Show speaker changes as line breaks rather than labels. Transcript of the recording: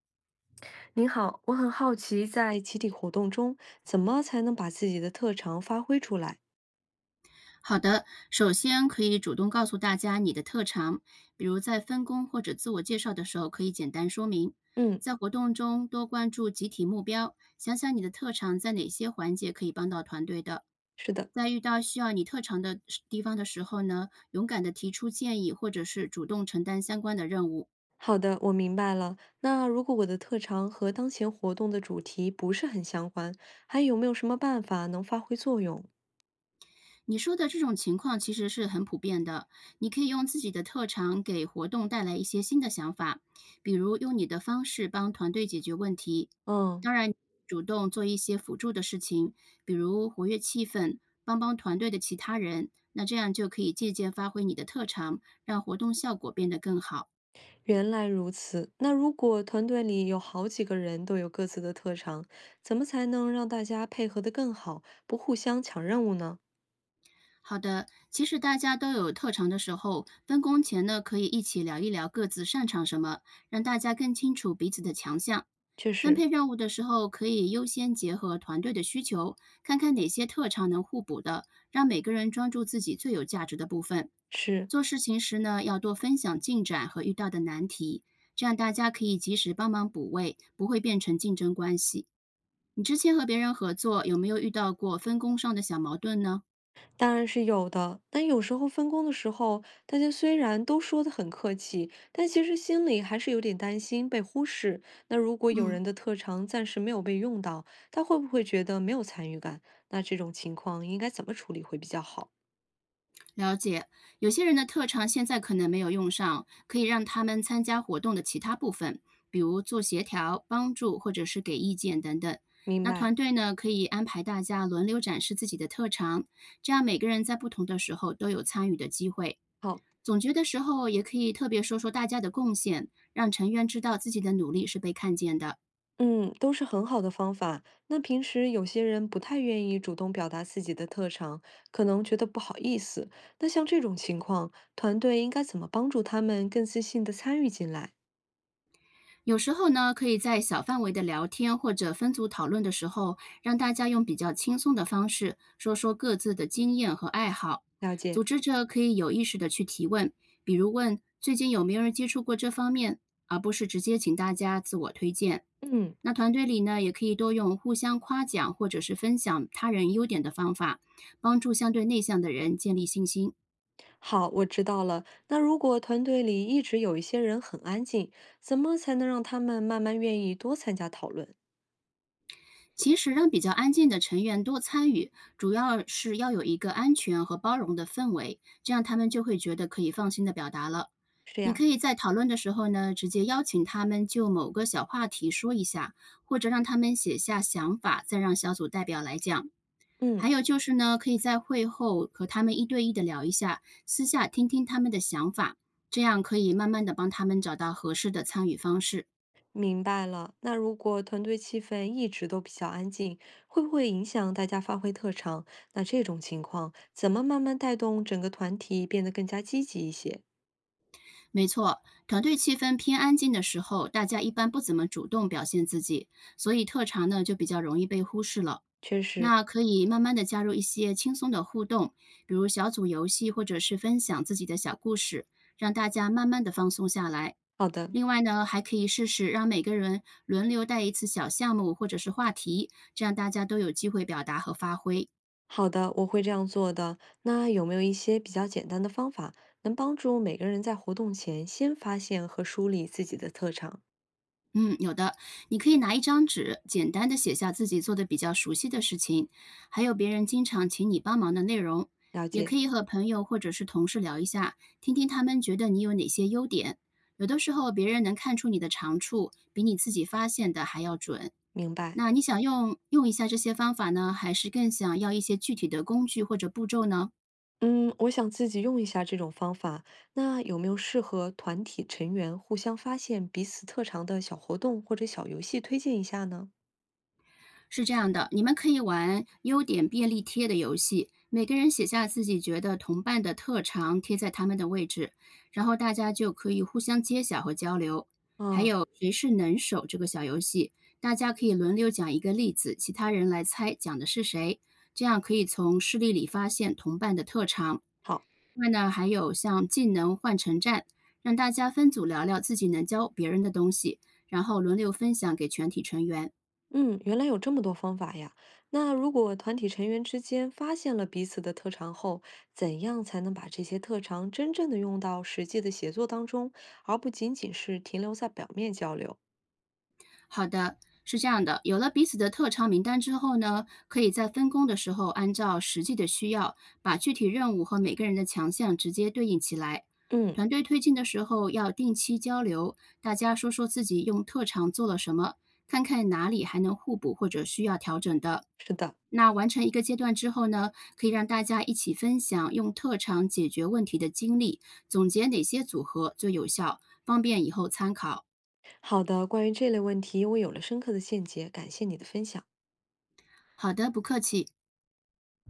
您好，我很好奇，在集体活动中，怎么才能把自己的特长发挥出来？
好的，首先可以主动告诉大家你的特长，比如在分工或者自我介绍的时候可以简单说明。
嗯。
在活动中多关注集体目标，想想你的特长在哪些环节可以帮到团队的。
是的。
在遇到需要你特长的地方的时候呢，勇敢的提出建议，或者是主动承担相关的任务。
好的，我明白了。那如果我的特长和当前活动的主题不是很相关，还有没有什么办法能发挥作用？
你说的这种情况其实是很普遍的。你可以用自己的特长给活动带来一些新的想法，比如用你的方式帮团队解决问题。
嗯，
当然，主动做一些辅助的事情，比如活跃气氛，帮团队的其他人。那这样就可以借鉴发挥你的特长，让活动效果变得更好。
原来如此。那如果团队里有好几个人都有各自的特长，怎么才能让大家配合的更好，不互相抢任务呢？
好的，其实大家都有特长的时候，分工前呢可以一起聊一聊各自擅长什么，让大家更清楚彼此的强项。
确
分
实
配任务的时候，可以优先结合团队的需求，看看哪些特长能互补的，让每个人专注自己最有价值的部分。
是。
做事情时呢，要多分享进展和遇到的难题，这样大家可以及时帮忙补位，不会变成竞争关系。你之前和别人合作，有没有遇到过分工上的小矛盾呢？
当然是有的，但有时候分工的时候，大家虽然都说得很客气，但其实心里还是有点担心被忽视。那如果有
嗯。
人的特长暂时没有被用到，他会不会觉得没有参与感？那这种情况应该怎么处理会比较好？
了解，有些人的特长现在可能没有用上，可以让他们参加活动的其他部分，比如做协调、帮助或者是给意见等等。
明
那
白。
团队呢，可以安排大家轮流展示自己的特长，这样每个人在不同的时候都有参与的机会。
好。
总结的时候，也可以特别说说大家的贡献，让成员知道自己的努力是被看见的。
嗯，都是很好的方法。那平时有些人不太愿意主动表达自己的特长，可能觉得不好意思。那像这种情况，团队应该怎么帮助他们更自信地参与进来？
有时候呢，可以在小范围的聊天或者分组讨论的时候，让大家用比较轻松的方式说说各自的经验和爱好。
了解。
组织者可以有意识的去提问，比如问最近有没有人接触过这方面，而不是直接请大家自我推荐。
嗯。
那团队里呢，也可以多用互相夸奖或者是分享他人优点的方法，帮助相对内向的人建立信心。
好，我知道了。那如果团队里一直有一些人很安静，怎么才能让他们慢慢愿意多参加讨论？
其实让比较安静的成员多参与，主要是要有一个安全和包容的氛围，这样他们就会觉得可以放心的表达了。
是
你
呀。
可以在讨论的时候呢，直接邀请他们就某个小话题说一下，或者让他们写下想法，再让小组代表来讲。还
嗯，
有就是呢，可以在会后和他们一对一的聊一下，私下听听他们的想法，这样可以慢慢的帮他们找到合适的参与方式。
明白了。那如果团队气氛一直都比较安静，会不会影响大家发挥特长？那这种情况，怎么慢慢带动整个团体变得更加积极一些？
没错，团队气氛偏安静的时候，大家一般不怎么主动表现自己，所以特长呢就比较容易被忽视了。
确实。
那可以慢慢的加入一些轻松的互动，比如小组游戏或者是分享自己的小故事，让大家慢慢的放松下来。
好的。
另外呢，还可以试试让每个人轮流带一次小项目或者是话题，这样大家都有机会表达和发挥。
好的，我会这样做的。那有没有一些比较简单的方法，能帮助每个人在活动前先发现和梳理自己的特长？
嗯，有的，你可以拿一张纸，简单的写下自己做的比较熟悉的事情，还有别人经常请你帮忙的内容。
了
也可
解。
以和朋友或者是同事聊一下，听听他们觉得你有哪些优点。有的时候，别人能看出你的长处，比你自己发现的还要准。
明白。
那你想用一下这些方法呢，还是更想要一些具体的工具或者步骤呢？
嗯，我想自己用一下这种方法。那有没有适合团体成员互相发现彼此特长的小活动或者小游戏推荐一下呢？
是这样的，你们可以玩优点便利贴的游戏，每个人写下自己觉得同伴的特长，贴在他们的位置，然后大家就可以互相揭晓和交流。还
嗯。
有谁是能手这个小游戏，大家可以轮流讲一个例子，其他人来猜讲的是谁，这样可以从事例里发现同伴的特长。
好。
另外呢，还有像技能换乘站，让大家分组聊聊自己能教别人的东西，然后轮流分享给全体成员。
嗯，原来有这么多方法呀。那如果团体成员之间发现了彼此的特长后，怎样才能把这些特长真正的用到实际的协作当中，而不仅仅是停留在表面交流？
好的，是这样的，有了彼此的特长名单之后呢，可以在分工的时候按照实际的需要，把具体任务和每个人的强项直接对应起来。
嗯。
团队推进的时候要定期交流，大家说说自己用特长做了什么，看看哪里还能互补或者需要调整的。
是的。
那完成一个阶段之后呢，可以让大家一起分享用特长解决问题的经历，总结哪些组合最有效，方便以后参考。
好的，关于这类问题，我有了深刻的见解，感谢你的分享。
好的，不客气。